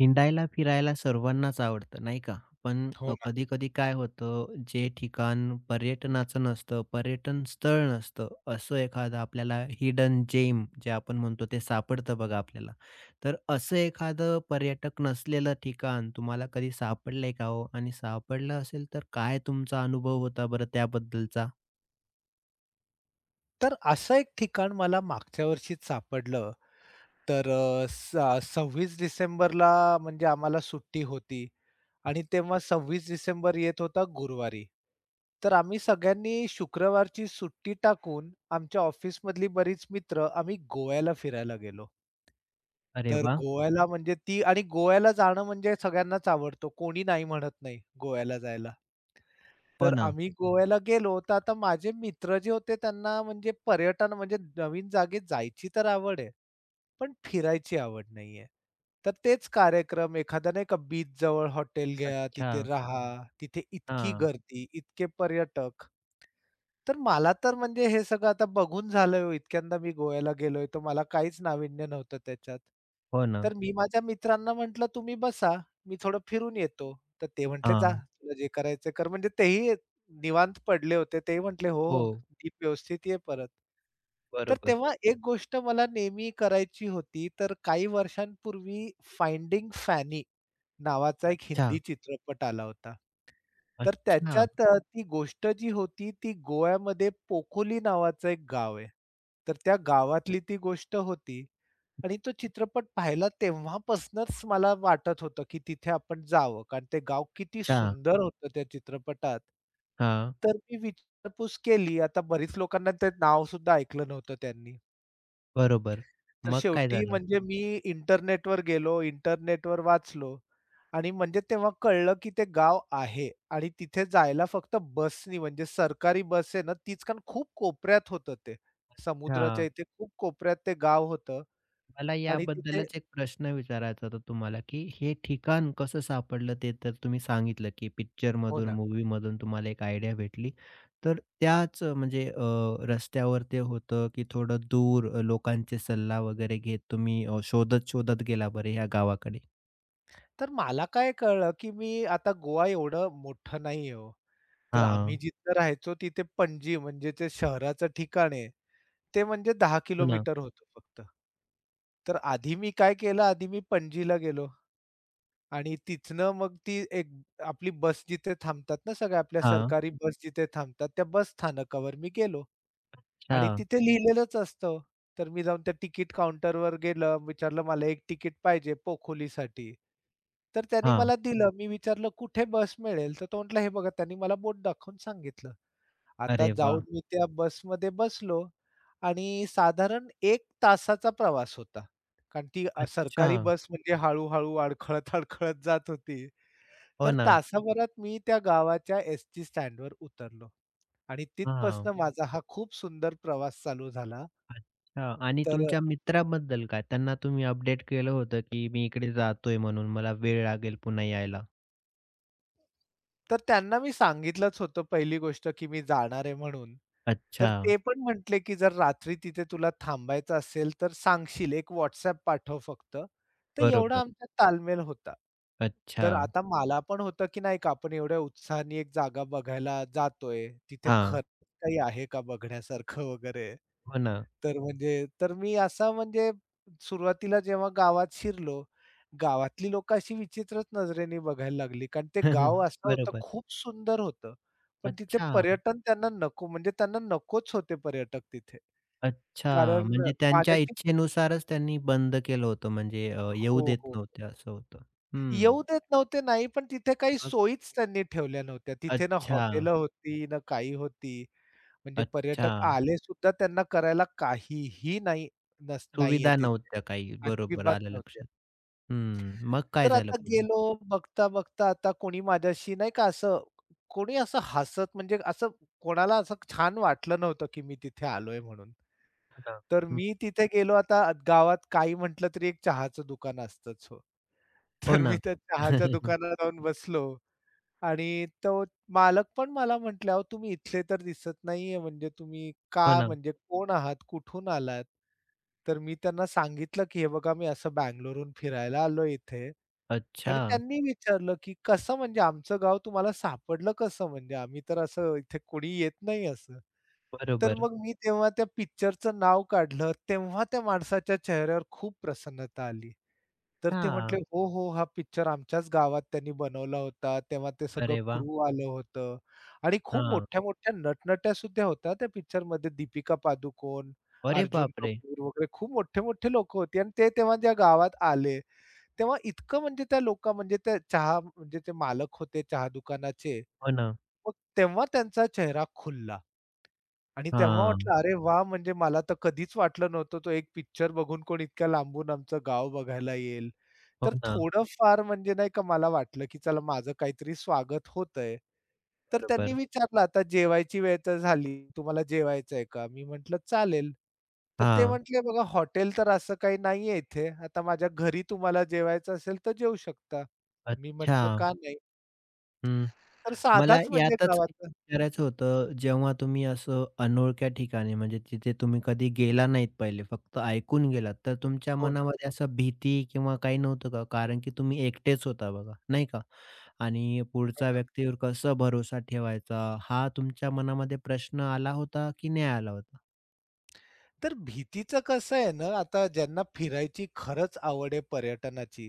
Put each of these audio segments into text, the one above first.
हिंडायला, फिरायला सर्वांनाच आवडतं, नाही का? पण हो ना. कधी-कधी काय होतं, जे ठिकाण पर्यटनाचं नसतं, पर्यटन स्थळ नसतं, असं एखादं आपल्याला हिडन जेम जे आपण म्हणतो ते सापडतं बघा आपल्याला. तर असं एखादं पर्यटक नसलेलं ठिकाण तुम्हाला कधी सापडलंय का हो? आणि सापडलं असेल तर काय तुमचा अनुभव होता बरं त्याबद्दलचा? तर असं एक ठिकाण मला मागच्या वर्षीच सापडलं. तर अ, स 26 डिसेंबरला म्हणजे आम्हाला सुट्टी होती आणि तेव्हा 26 डिसेंबर येत होता गुरुवारी. तर आम्ही सगळ्यांनी शुक्रवारची सुट्टी टाकून आमच्या ऑफिसमधली बरीच मित्र आम्ही गोव्याला फिरायला गेलो. अरे तर वाह! गोव्याला म्हणजे ती आणि गोव्याला जाणं म्हणजे सगळ्यांनाच आवडतो. कोणी नाही म्हणत नाही गोव्याला जायला. हो तर ना. आम्ही गोव्याला गेलो, तर आता माझे मित्र जे होते त्यांना म्हणजे पर्यटन म्हणजे नवीन जागी जायची तर आवड आहे, पण फिरायची आवड नाहीये. तर तेच कार्यक्रम एखादा नाही का बीचजवळ हॉटेल घ्या, अच्छा. तिथे राहा, तिथे इतकी हां. गर्दी, इतके पर्यटक. तर मला तर म्हणजे हे सगळं आता बघून झालंय हो, इतक्यांदा मी गोव्याला गेलोय, तर मला काहीच नाविन्य नव्हतं त्याच्यात. हो ना. तर मी माझ्या मित्रांना म्हटलं, "तुम्ही बसा." मी थोडं फिरून येतो. तर ते म्हटले, "जा, हां. तुला जे करायचं कर." म्हणजे तेही निवांत पडले होते. तेही म्हटले, "हो, हो. हो, नीट व्यवस्थित ये परत." तर बरोबर. तेव्हा एक गोष्ट मला नेहमी करायची होती. तर काही वर्षांपूर्वी फाइंडिंग फॅनी नावाचा एक हिंदी अच्छा. चित्रपट आला होता. तर अच्छा. त्याच्यात ती गोष्ट जी होती ती गोव्यामध्ये पोखोली नावाचं एक गाव आहे. तर त्या गावातली ती गोष्ट होती. आणि तो चित्रपट पाहिला तेव्हापासनंच मला वाटत होतं, की तिथे आपण जावं. कारण ते गाव किती अच्छा. सुंदर होतं त्या चित्रपटात. हां, तर मी विचारपूस केली. आता बरीच लोकांना ते नाव सुद्धा ऐकलं नव्हतं त्यांनी. बरोबर. तर मग काय शेवटी झालं? म्हणजे मी इंटरनेटवर गेलो, इंटरनेटवर वाचलो आणि म्हणजे तेव्हा कळलं, की ते गाव आहे आणि तिथे जायला फक्त बसनी म्हणजे सरकारी बस आहे ना, तीच कारण खूप कोपऱ्यात होतं ते. समुद्राच्या हां, इथे खूप कोपऱ्यात ते गाव होतं मला आणि तिथे याबद्दलच एक प्रश्न विचारायचा होता तुम्हाला, की हे ठिकाण कसं सापडलं ते तर तुम्ही सांगितलं, की हो पिक्चरमधून, ना. मूव्हीमधून तुम्हाला एक आयडिया भेटली. तर त्याच म्हणजे रस्त्यावर ते होतं, की थोडं दूर लोकांचे सल्ला वगैरे घेत तुम्ही शोधत-शोधत गेला बरं ह्या गावाकडे? तर मला काय कळलं, की मी आता गोवा एवढं मोठं नाही हो. तर आम्ही हां, जिथं राहायचो तिथे पणजी म्हणजे ते शहराचं ठिकाण आहे, ते म्हणजे 10 हो ना. किलोमीटर होतं फक्त. तर आधी मी काय केलं, आधी मी पणजीला गेलो आणि तिथनं मग ती एक आपली बस जिथे थांबतात ना, सगळ्या आपल्या हां, सरकारी बस जिथे थांबतात, त्या बस स्थानकावर मी गेलो. अच्छा. आणि तिथे लिहिलेलंच असतं. तर मी जाऊन त्या तिकीट काउंटरवर गेलं, विचारलं मला एक तिकीट पाहिजे पोखोलीसाठी. तर त्यांनी हां, मला दिलं. मी विचारलं, "कुठे बस मिळेल?" तर तो म्हटला, "हे बघा." त्यांनी मला बोट दाखवून सांगितलं. आता अरे वाह! जाऊन मी त्या बसमध्ये बसलो आणि साधारण 1 तासाचा प्रवास होता. कारण ती अच्छा. सरकारी बस म्हणजे हळू अडखळत-अडखळत जात होती. हो तर ना. तासाभरात मी त्या गावाच्या एसटी स्टँडवर उतरलो आणि हां. तिथपासनं हं. माझा हा खूप सुंदर प्रवास चालू झाला. अच्छा आणि तर अ, तुमच्या मित्राबद्दल काय? त्यांना तुम्ही अपडेट केलं होतं, की मी इकडे जातोय म्हणून मला वेळ लागेल पुन्हा यायला. तर त्यांना मी सांगितलंच होतं पहिली गोष्ट, की मी जाणार आहे म्हणून. तर अच्छा. ते पण म्हटले, की "जर रात्री तिथे तुला थांबायचं असेल तर सांगशील, एक WhatsApp पाठव फक्त." तर एवढा बरोबर. आमचा ताळमेळ होता. अच्छा. तर आता मला पण होतं, की नाही का आपण एवढ्या उत्साहाने एक जागा बघायला जातोय, तिथे हां. खरंच काही आहे का बघण्यासारखं वगैरे. हो ना. तर म्हणजे तर मी असा म्हणजे सुरुवातीला जेव्हा गावात शिरलो, गावातली लोकं अशी विचित्रच नजरेने बघायला लागली. कारण ते गाव असं होतं बरोबर. खूप सुंदर होतं. पण तिथे अच्छा. पर्यटन त्यांना नको म्हणजे त्यांना नकोच होते पर्यटक तिथे. अच्छा. कारण म्हणजे त्यांच्या माझ्याशी इच्छेनुसारच त्यांनी बंद केलं होतं म्हणजे येऊ हो, देत हो. नव्हते असं होतं. हं. येऊ देत नव्हते नाही, पण तिथे काही मग सोयीच त्यांनी ठेवल्या नव्हत्या. तिथे ना अच्छा, हॉटेलं होती, ना काही होती. म्हणजे अच्छा. पर्यटक आले सुद्धा त्यांना करायला काहीही नाही नस नाहीये सुविधा तिथे. नव्हत्या काही. बरोबर अजिबात आलं नव्हत्या. लक्षात. हं. मग काय तर झालं आता पुढे? गेलो बघता, बघता आता कोणी माझ्याशी नाही का असं कोणी असं हसत म्हणजे असं कोणाला असं छान वाटलं नव्हतं, की मी तिथे आलोय म्हणून. हो ना. तर हं. मी तिथे गेलो आता गावात काही म्हटलं तरी एक चहाचं दुकान असतंच हो. हो तर मी ना. त्या चहाच्या दुकानात जाऊन बसलो आणि तो मालक पण मला म्हटले, "अहो तुम्ही इथले तर दिसत नाहीये, म्हणजे तुम्ही का हो ना. म्हणजे कोण आहात? कुठून आलात?" तर मी त्यांना सांगितलं, की "हे बघा मी असं बंगलोरहून फिरायला आलो इथे." अच्छा, आणि त्यांनी विचारलं, की "कसं म्हणजे आमचं गाव तुम्हाला सापडलं कसं म्हणजे? आम्ही तर असं इथे कोणी येत नाही असं." तर बरोबर. मग मी तेव्हा त्या पिक्चरचं नाव काढलं, तेव्हा त्या माणसाच्या चेहऱ्यावर खूप प्रसन्नता आली. तर ते हां. म्हटले, "हो, हो, हा पिक्चर आमच्याच गावात त्यांनी बनवला होता. तेव्हा ते सगळं अरे वाह! क्रू आलं होतं." आणि खूप हां. मोठ्या-मोठ्या नटनट्या सुद्धा होत्या त्या पिक्चरमध्ये. दीपिका पादुकोण, अरे अर्जुन बापरे! कपूर वगैरे खूप मोठे-मोठे लोकं होती आणि ते तेव्हा ज्या गावात आले, तेव्हा इतकं म्हणजे त्या लोका म्हणजे त्या चहा म्हणजे ते मालक होते चहा दुकानाचे. हो ना. मग तेव्हा त्यांचा चेहरा खुलला. आणि तेव्हा हां. वाटलं, अरे वा म्हणजे मला तर कधीच वाटलं नव्हतं, तो एक पिक्चर बघून कोण इतक्या लांबून आमचं गाव बघायला येईल. हो तर ना. थोडंफार म्हणजे नाही का मला वाटलं, की चला माझं काहीतरी स्वागत होतंय. तर त्यांनी बरोबर. विचारलं, "आता जेवायची वेळ तर झाली, तुम्हाला जेवायचंय का?" मी म्हटलं, "चालेल." तर ते हां. म्हटले, "बघा हॉटेल तर असं काही नाहीये इथे. आता माझ्या घरी तुम्हाला जेवायचं असेल तर जेवू शकता." मी अच्छा. म्हटलं, "का नाही?" हं. तर मला साधाच म्हणजे यातच गावाचा विचारायचं होतं, जेव्हा तुम्ही असं अनोळख्या ठिकाणी म्हणजे तिथे तुम्ही कधी गेला नाहीत पहिले, फक्त ऐकून गेलात, तर तुमच्या हो मनामध्ये असं भीती किंवा काही नव्हतं का? कारण की तुम्ही एकटेच होता बघा, नाही का? आणि हो पुढच्या ना. व्यक्तीवर कसं भरोसा ठेवायचा, हा तुमच्या मनामध्ये प्रश्न आला होता की नाही आला होता? तर भीतीचं कसं आहे ना, आता ज्यांना फिरायची खरंच आवड आहे पर्यटनाची,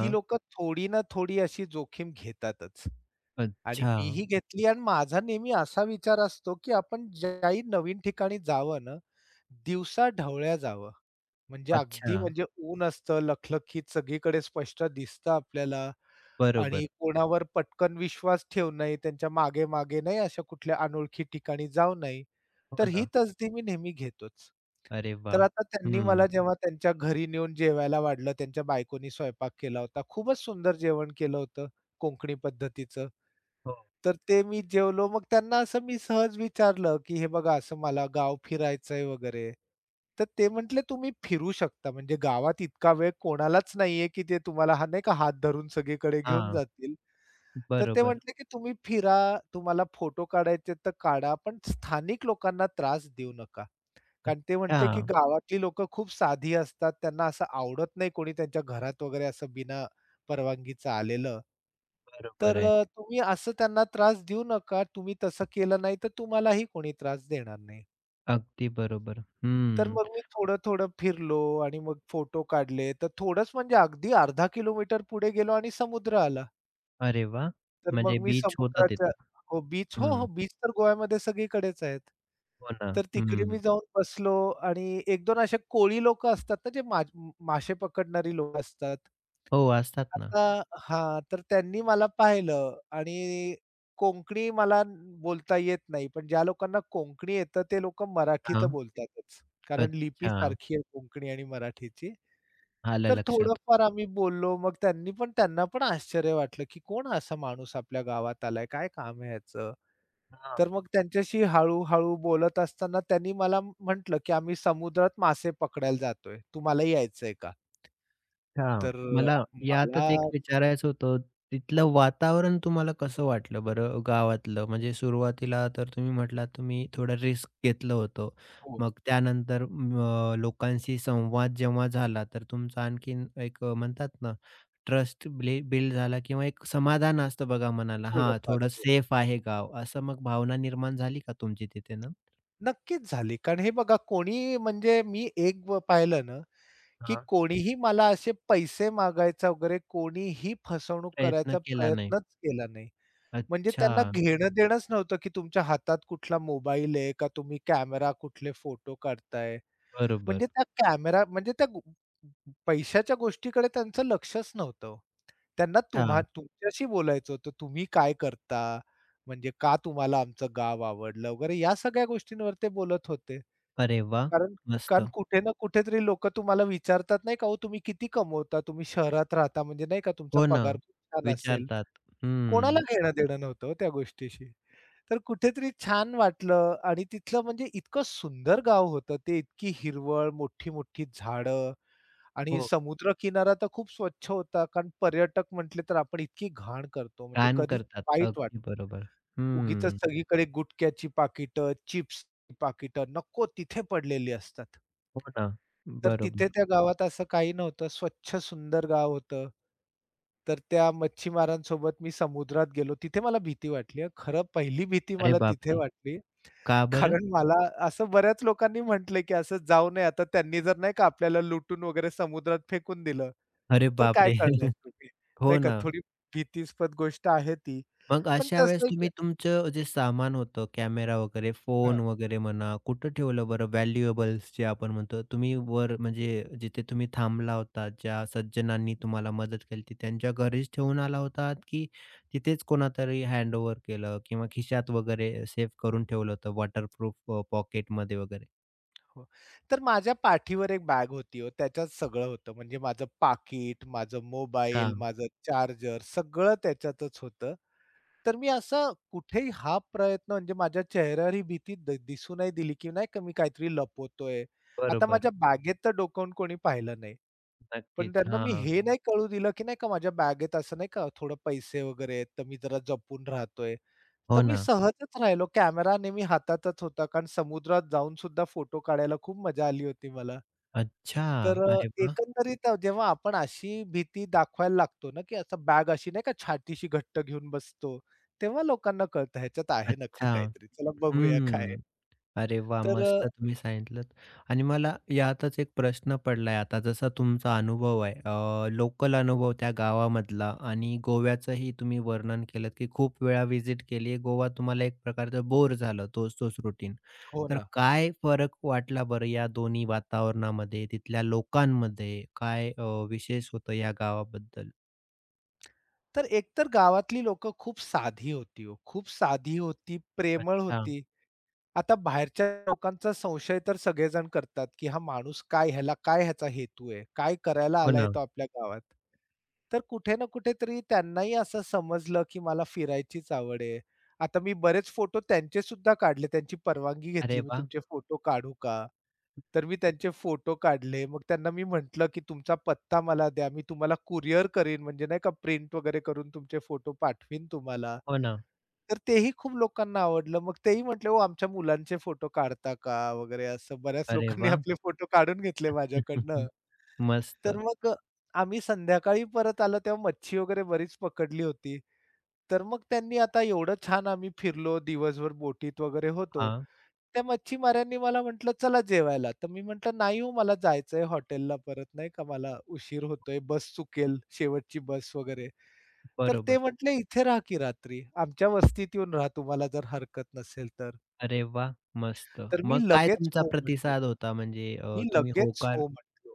ती लोकं थोडी ना थोडी अशी जोखीम घेतातच. आणि अच्छा, मीही घेतली आणि माझा नेहमी असा विचार असतो, की आपण ज्याही नवीन ठिकाणी जावं ना, दिवसा ढवळ्या जावं. म्हणजे अच्छा. अगदी म्हणजे ऊन असतं, लखलखीत सगळीकडे स्पष्ट दिसतं आपल्याला बरोबर. आणि कोणावर पटकन विश्वास ठेवू नये, त्यांच्या मागे-मागे नाही, अशा कुठल्या अनोळखी ठिकाणी जाऊ नये. हो तर ही ना. तसदी मी नेहमी घेतोच. अरे तर वाह! आता त्यांनी हं. मला जेव्हा त्यांच्या घरी नेऊन जेवायला वाढलं, त्यांच्या बायकोनी स्वयंपाक केला होता. खूपच सुंदर जेवण केलं होतं कोकणी पद्धतीचं. हो. तर ते मी जेवलो. मग त्यांना असं मी सहज विचारलं, की "हे बघा असं मला गाव फिरायचंय वगैरे." तर ते म्हटले, "तुम्ही फिरू शकता म्हणजे गावात इतका वेळ कोणालाच नाहीये, की ते तुम्हाला हा नाही का हात धरून सगळीकडे घेऊन हां. जातील." तर ते बरोबर. म्हटले, "की तुम्ही फिरा, तुम्हाला फोटो काढायचे तर काढा, पण स्थानिक लोकांना त्रास देऊ नका." कारण ते अच्छा. म्हटले, की गावातली लोकं खूप साधी असतात. त्यांना असं आवडत नाही कोणी त्यांच्या घरात वगैरे असं बिना परवानगीचं आलेलं. बरोबर आहे. तुम्ही असं त्यांना त्रास देऊ नका. तुम्ही तसं केलं नाही तर तुम्हालाही कोणी त्रास देणार नाही. अगदी बरोबर. तर हं. मग मी थोडं-थोडं फिरलो आणि मग फोटो काढले. तर थोडंच म्हणजे अगदी अर्धा किलोमीटर पुढे गेलो आणि समुद्र आला. अरे वाह! तर मग म्हणजे मी बीच होता समुद्राच्या तिथे. हो, बीच हो, हं. हो, बीच तर गोव्यामध्ये सगळीकडेच आहेत. हो ना. तर तिकडे मी हं. जाऊन बसलो आणि एक 2 असे कोळी लोकं असतात ना, जे मा मासे पकडणारी लोकं असतात. हो असतात ना. आता हां, तर त्यांनी मला पाहिलं आणि कोंकणी मला न- बोलता येत नाही, पण ज्या लोकांना कोंकणी येतं ते लोकं मराठी तर हां. बोलतातच. कारण लिपी अच्छा. सारखी आहे कोंकणी आणि मराठीची. आलं तर लक्षात. थोडंफार आम्ही बोललो. मग त्यांनी पण त्यांना पण आश्चर्य वाटलं, की कोण असा माणूस आपल्या गावात आलाय? काय काम आहे ह्याचं? तर हां. मग त्यांच्याशी हळू-हळू बोलत असताना त्यांनी मला म्हटलं, की "आम्ही समुद्रात मासे पकडायला जातोय. तुम्हाला यायचंय का?" हां. तर मला अ, मला यातच एक विचारायचं होतं, तिथलं वातावरण तुम्हाला कसं वाटलं बरं गावातलं? म्हणजे सुरुवातीला तर तुम्ही म्हटलात तुम्ही थोडं रिस्क घेतलं होतं. हो, मग त्यानंतर लोकांशी संवाद जेव्हा झाला, तर तुमचा आणखीन एक म्हणतात ना, ट्रस्ट ब्ले बिल्ड झाला किंवा एक समाधान असतं बघा मनाला. हां, थोडंफार थोडं हो. सेफ आहे गाव, असं मग भावना निर्माण झाली का तुमची तिथे ना? नक्कीच झाली. कारण हे बघा कोणी म्हणजे मी एक व पाहिलं ना, की हां. कोणीही मला असे पैसे मागायचा वगैरे कोणीही फसवणूक प्रयत्न करायचा केला नाही. प्रयत्नच केला नाही. म्हणजे अच्छा, त्यांना घेणं देणंच नव्हतं, की तुमच्या हातात कुठला मोबाईल आहे का तुम्ही कॅमेरा कुठले फोटो काढताय. म्हणजे बरोबर. त्या कॅमेरा म्हणजे त्या गो पैशाच्या गोष्टीकडे त्यांचं लक्षच नव्हतं हो. त्यांना तुम्हा हां. तुमच्याशी बोलायचं होतं. तुम्ही काय करता? म्हणजे का तुम्हाला आमचं गाव आवडलं वगैरे या सगळ्या गोष्टींवर ते बोलत होते. अरे वाह! कारण कारण मस्त. कुठे ना कुठेतरी लोकं तुम्हाला विचारतात नाही का, "अहो तुम्ही किती कमवता? तुम्ही शहरात राहता म्हणजे नाही का तुमचा हो ना, पगार खूप छान असेल." विचारतात. कोणाला हं. घेणं देणं नव्हतं हो त्या गोष्टीशी. तर कुठेतरी छान वाटलं आणि तिथलं म्हणजे इतकं सुंदर गाव होतं ते. इतकी हिरवळ, मोठी-मोठी झाडं आणि हो, समुद्रकिनारा तर खूप स्वच्छ होता. कारण पर्यटक म्हटले तर आपण इतकी घाण करतो म्हणजे घाण कधीच करतात. वाईट अगदी वाटतं. बरोबर. उगीचच हं. सगळीकडे गुटख्याची पाकिटं, चिप्सची पाकिटं नको तिथे पडलेली असतात. हो ना, तर तिथे बरोबर. त्या गावात असं काही नव्हतं. स्वच्छ सुंदर गाव होतं. तर त्या मच्छीमारांसोबत मी समुद्रात गेलो. तिथे मला भीती वाटली हं. खरं पहिली भीती अरे मला तिथे बापरे! वाटली. का बरं? कारण मला असं बऱ्याच लोकांनी म्हटलंय, की असं जाऊ नये. आता त्यांनी जर नाही का आपल्याला लुटून वगैरे समुद्रात फेकून दिलं, अरे तर काय बापरे! करणार तुम्ही? नाही हो का ना. थोडी भीतीस्पद गोष्ट आहे ती. मग पण अशा वेळेस तसंही तुम्ही तुमचं जे सामान होतं, कॅमेरा वगैरे, हां. फोन वगैरे म्हणा, कुठं ठेवलं बरं व्हॅल्युएबल्स जे आपण म्हणतो? तुम्ही वर म्हणजे जिथे तुम्ही थांबला होता, ज्या सज्जनांनी तुम्हाला मदत केली होती, त्यांच्या घरीच ठेवून आला होतात, की तिथेच कोणातरी हँडओव्हर केलं किंवा खिशात वगैरे सेफ करून ठेवलं होतं वॉटरप्रूफ पॉकेटमध्ये वगैरे? हो. तर माझ्या पाठीवर एक बॅग होती हो, त्याच्यात सगळं होतं. म्हणजे माझं पाकिट, माझं अच्छा. मोबाईल, माझं चार्जर सगळं त्याच्यातच होतं. तर मी असं कुठेही हा प्रयत्न म्हणजे माझ्या चेहऱ्यावर ही भीती दिसू नाही दिली, की नाही का मी काहीतरी लपवतोय. आता बरोबर. माझ्या बॅगेत तर डोकावून कोणी पाहिलं नाही. पण नक्कीच. त्यांना मी हां. हे नाही कळू दिलं, की नाही का माझ्या बॅगेत असं नाही का थोडं पैसे वगैरे आहेत, तर मी जरा जपून राहतोय. तर हो मी ना. सहजच राहिलो. कॅमेरा नेहमी हातातच होता, कारण समुद्रात जाऊन सुद्धा फोटो काढायला खूप मजा आली होती मला. अच्छा. तर अ, अरे वाह! एकंदरीत अ, जेव्हा आपण अशी भीती दाखवायला लागतो ना, की असं बॅग अशी नाही का छातीशी घट्ट घेऊन बसतो, तेव्हा लोकांना कळतं ह्याच्यात आहे नक्की अच्छा. काहीतरी. चला बघूया काय आहे. हं. अरे वा, तर अ, मस्त तुम्ही सांगितलंत आणि मला यातच एक प्रश्न पडलाय आता जसा तुमचा अनुभव आहे लोकल अनुभव त्या गावामधला आणि गोव्याचंही तुम्ही वर्णन केलंत, की खूप वेळा व्हिजिट केली आहे. गोवा तुम्हाला एक प्रकारचं बोर झालं तोच-तोच रूटीन. हो तर ना. काय फरक वाटला बरं या दोन्ही वातावरणामध्ये, तिथल्या लोकांमध्ये? काय विशेष होतं या गावाबद्दल? तर एकतर गावातली लोकं खूप साधी होती हो. खूप साधी होती, प्रेमळ अच्छा. होती. आता बाहेरच्या लोकांचा संशय तर सगळेजण करतात, की हा माणूस काय ह्याला काय ह्याचा हेतू आहे? काय करायला हो आलाय ना. तो आपल्या गावात? तर कुठे ना कुठेतरी त्यांनाही असं समजलं, की मला फिरायचीच आवड आहे. आता मी बरेच फोटो त्यांचे सुद्धा काढले. त्यांची परवानगी अरे घेतली, "मी वाह! तुमचे फोटो काढू का?" तर मी त्यांचे फोटो काढले. मग त्यांना मी म्हटलं, की "तुमचा पत्ता मला द्या. मी तुम्हाला कुरिअर करीन म्हणजे नाही का प्रिंट वगैरे करून तुमचे फोटो पाठवीन तुम्हाला." हो ना. तर तेही खूप लोकांना आवडलं. मग तेही म्हटले, "ओ, आमच्या मुलांचे फोटो काढता का?" वगैरे असं बऱ्याच अरे लोकांनी वाह! आपले फोटो काढून घेतले माझ्याकडनं. तर मस्त. मग अ, आम्ही संध्याकाळी परत आलो तेव्हा मच्छी वगैरे बरीच पकडली होती. तर मग त्यांनी आता एवढं छान आम्ही फिरलो दिवसभर बोटीत वगैरे होतो. हां, त्या मच्छीमारांनी मला म्हटलं, "चला जेवायला." तर मी म्हटलं, "नाही हो, मला जायचंय हॉटेलला परत नाही का, मला उशीर होतोय, बस चुकेल शेवटची बस वगैरे." तर ते बरोबर. म्हटले, "इथे राहा की रात्री. आमच्या वस्तीत येऊन राहा तुम्हाला जर हरकत नसेल तर." अरे वाह! मस्त. तर मी मग काय लगेच तुमचा हो म्हटलो. प्रतिसाद होता म्हणजे मी तुम्ही लगेच होकार हो म्हटलो.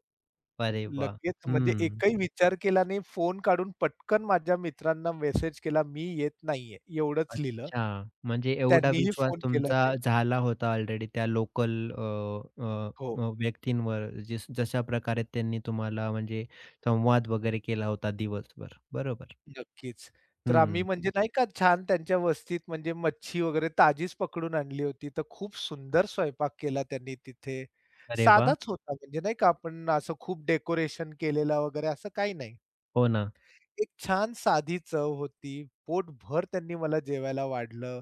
अरे वाह! लगेच म्हणजे हं. एकही विचार केला नाही. फोन काढून पटकन माझ्या मित्रांना मेसेज केला, "मी येत नाहीये." एवढंच लिहिलं. अच्छा. म्हणजे एवढा त्यांनीही विश्वास फोन केला तुमचा नाही. झाला होता ऑलरेडी त्या लोकल अ, अ, हो. अ, व्यक्तींवर जिस जशा प्रकारे त्यांनी तुम्हाला म्हणजे संवाद वगैरे केला होता दिवसभर. बरोबर. नक्कीच. तर आम्ही हं. म्हणजे नाही का छान त्यांच्या वस्तीत म्हणजे मच्छी वगैरे ताजीच पकडून आणली होती. तर खूप सुंदर स्वयंपाक केला त्यांनी तिथे. अरे वाह! साधाच होता म्हणजे नाही का आपण असं खूप डेकोरेशन केलेला वगैरे असं काही नाही. हो ना. एक छान साधी चव होती. पोटभर त्यांनी मला जेवायला वाढलं.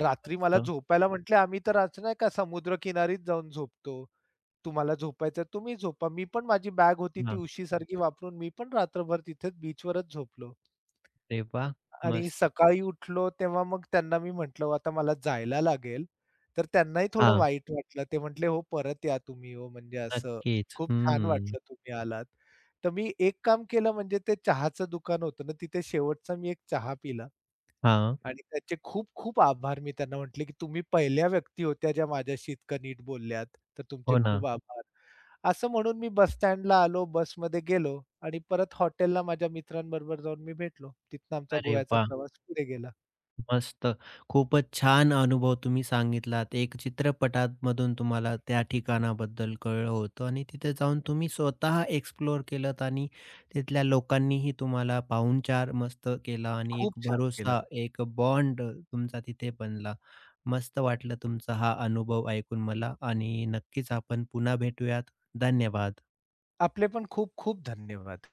रात्री मला मस्त. झोपायला म्हटले, "आम्ही तर आज नाही का समुद्रकिनारीच जाऊन झोपतो. तुम्हाला झोपायचं तुम्ही झोपा." मी पण माझी बॅग होती ती हां. उशीसारखी वापरून मी पण रात्रभर तिथेच बीचवरच झोपलो. अरे वाह! आणि मस्त. सकाळी उठलो तेव्हा मग त्यांना मी म्हटलं, "हो, "आता मला जायला लागेल." तर त्यांनाही थोडं हां. वाईट वाटलं. ते म्हटले, "हो, परत या तुम्ही हो, म्हणजे असं नक्कीच. खूप छान हं. वाटलं तुम्ही आलात." तर मी एक काम केलं म्हणजे ते चहाचं दुकान होतं ना, तिथे शेवटचा मी एक चहा पिला हां. आणि त्याचे खूप खूप आभार मी त्यांना म्हटले, की तुम्ही पहिल्या व्यक्ती होत्या ज्या माझ्याशी इतकं नीट बोलल्यात, तर तुमचे हो ना. खूप आभार. असं म्हणून मी बस स्टँडला आलो, बसमध्ये गेलो आणि परत हॉटेलला माझ्या मित्रांबरोबर जाऊन मी भेटलो. तिथनं आमचा अरे गोव्याचा वाह! प्रवास पुढे गेला. मस्त. खूपच छान अनुभव तुम्ही सांगितलात. एक चित्रपटांमधून तुम्हाला त्या ठिकाणाबद्दल कळलं होतं आणि तिथे जाऊन तुम्ही स्वतः एक्सप्लोअर केलत आणि तिथल्या लोकांनीही तुम्हाला पाहुणचार मस्त केला आणि खूप एक छान केलं. भरोसा, एक बॉन्ड तुमचा तिथे बनला. मस्त वाटलं तुमचा हा अनुभव ऐकून मला आणि नक्कीच आपण पुन्हा भेटूयात. धन्यवाद. आपले पण खूप खूप धन्यवाद.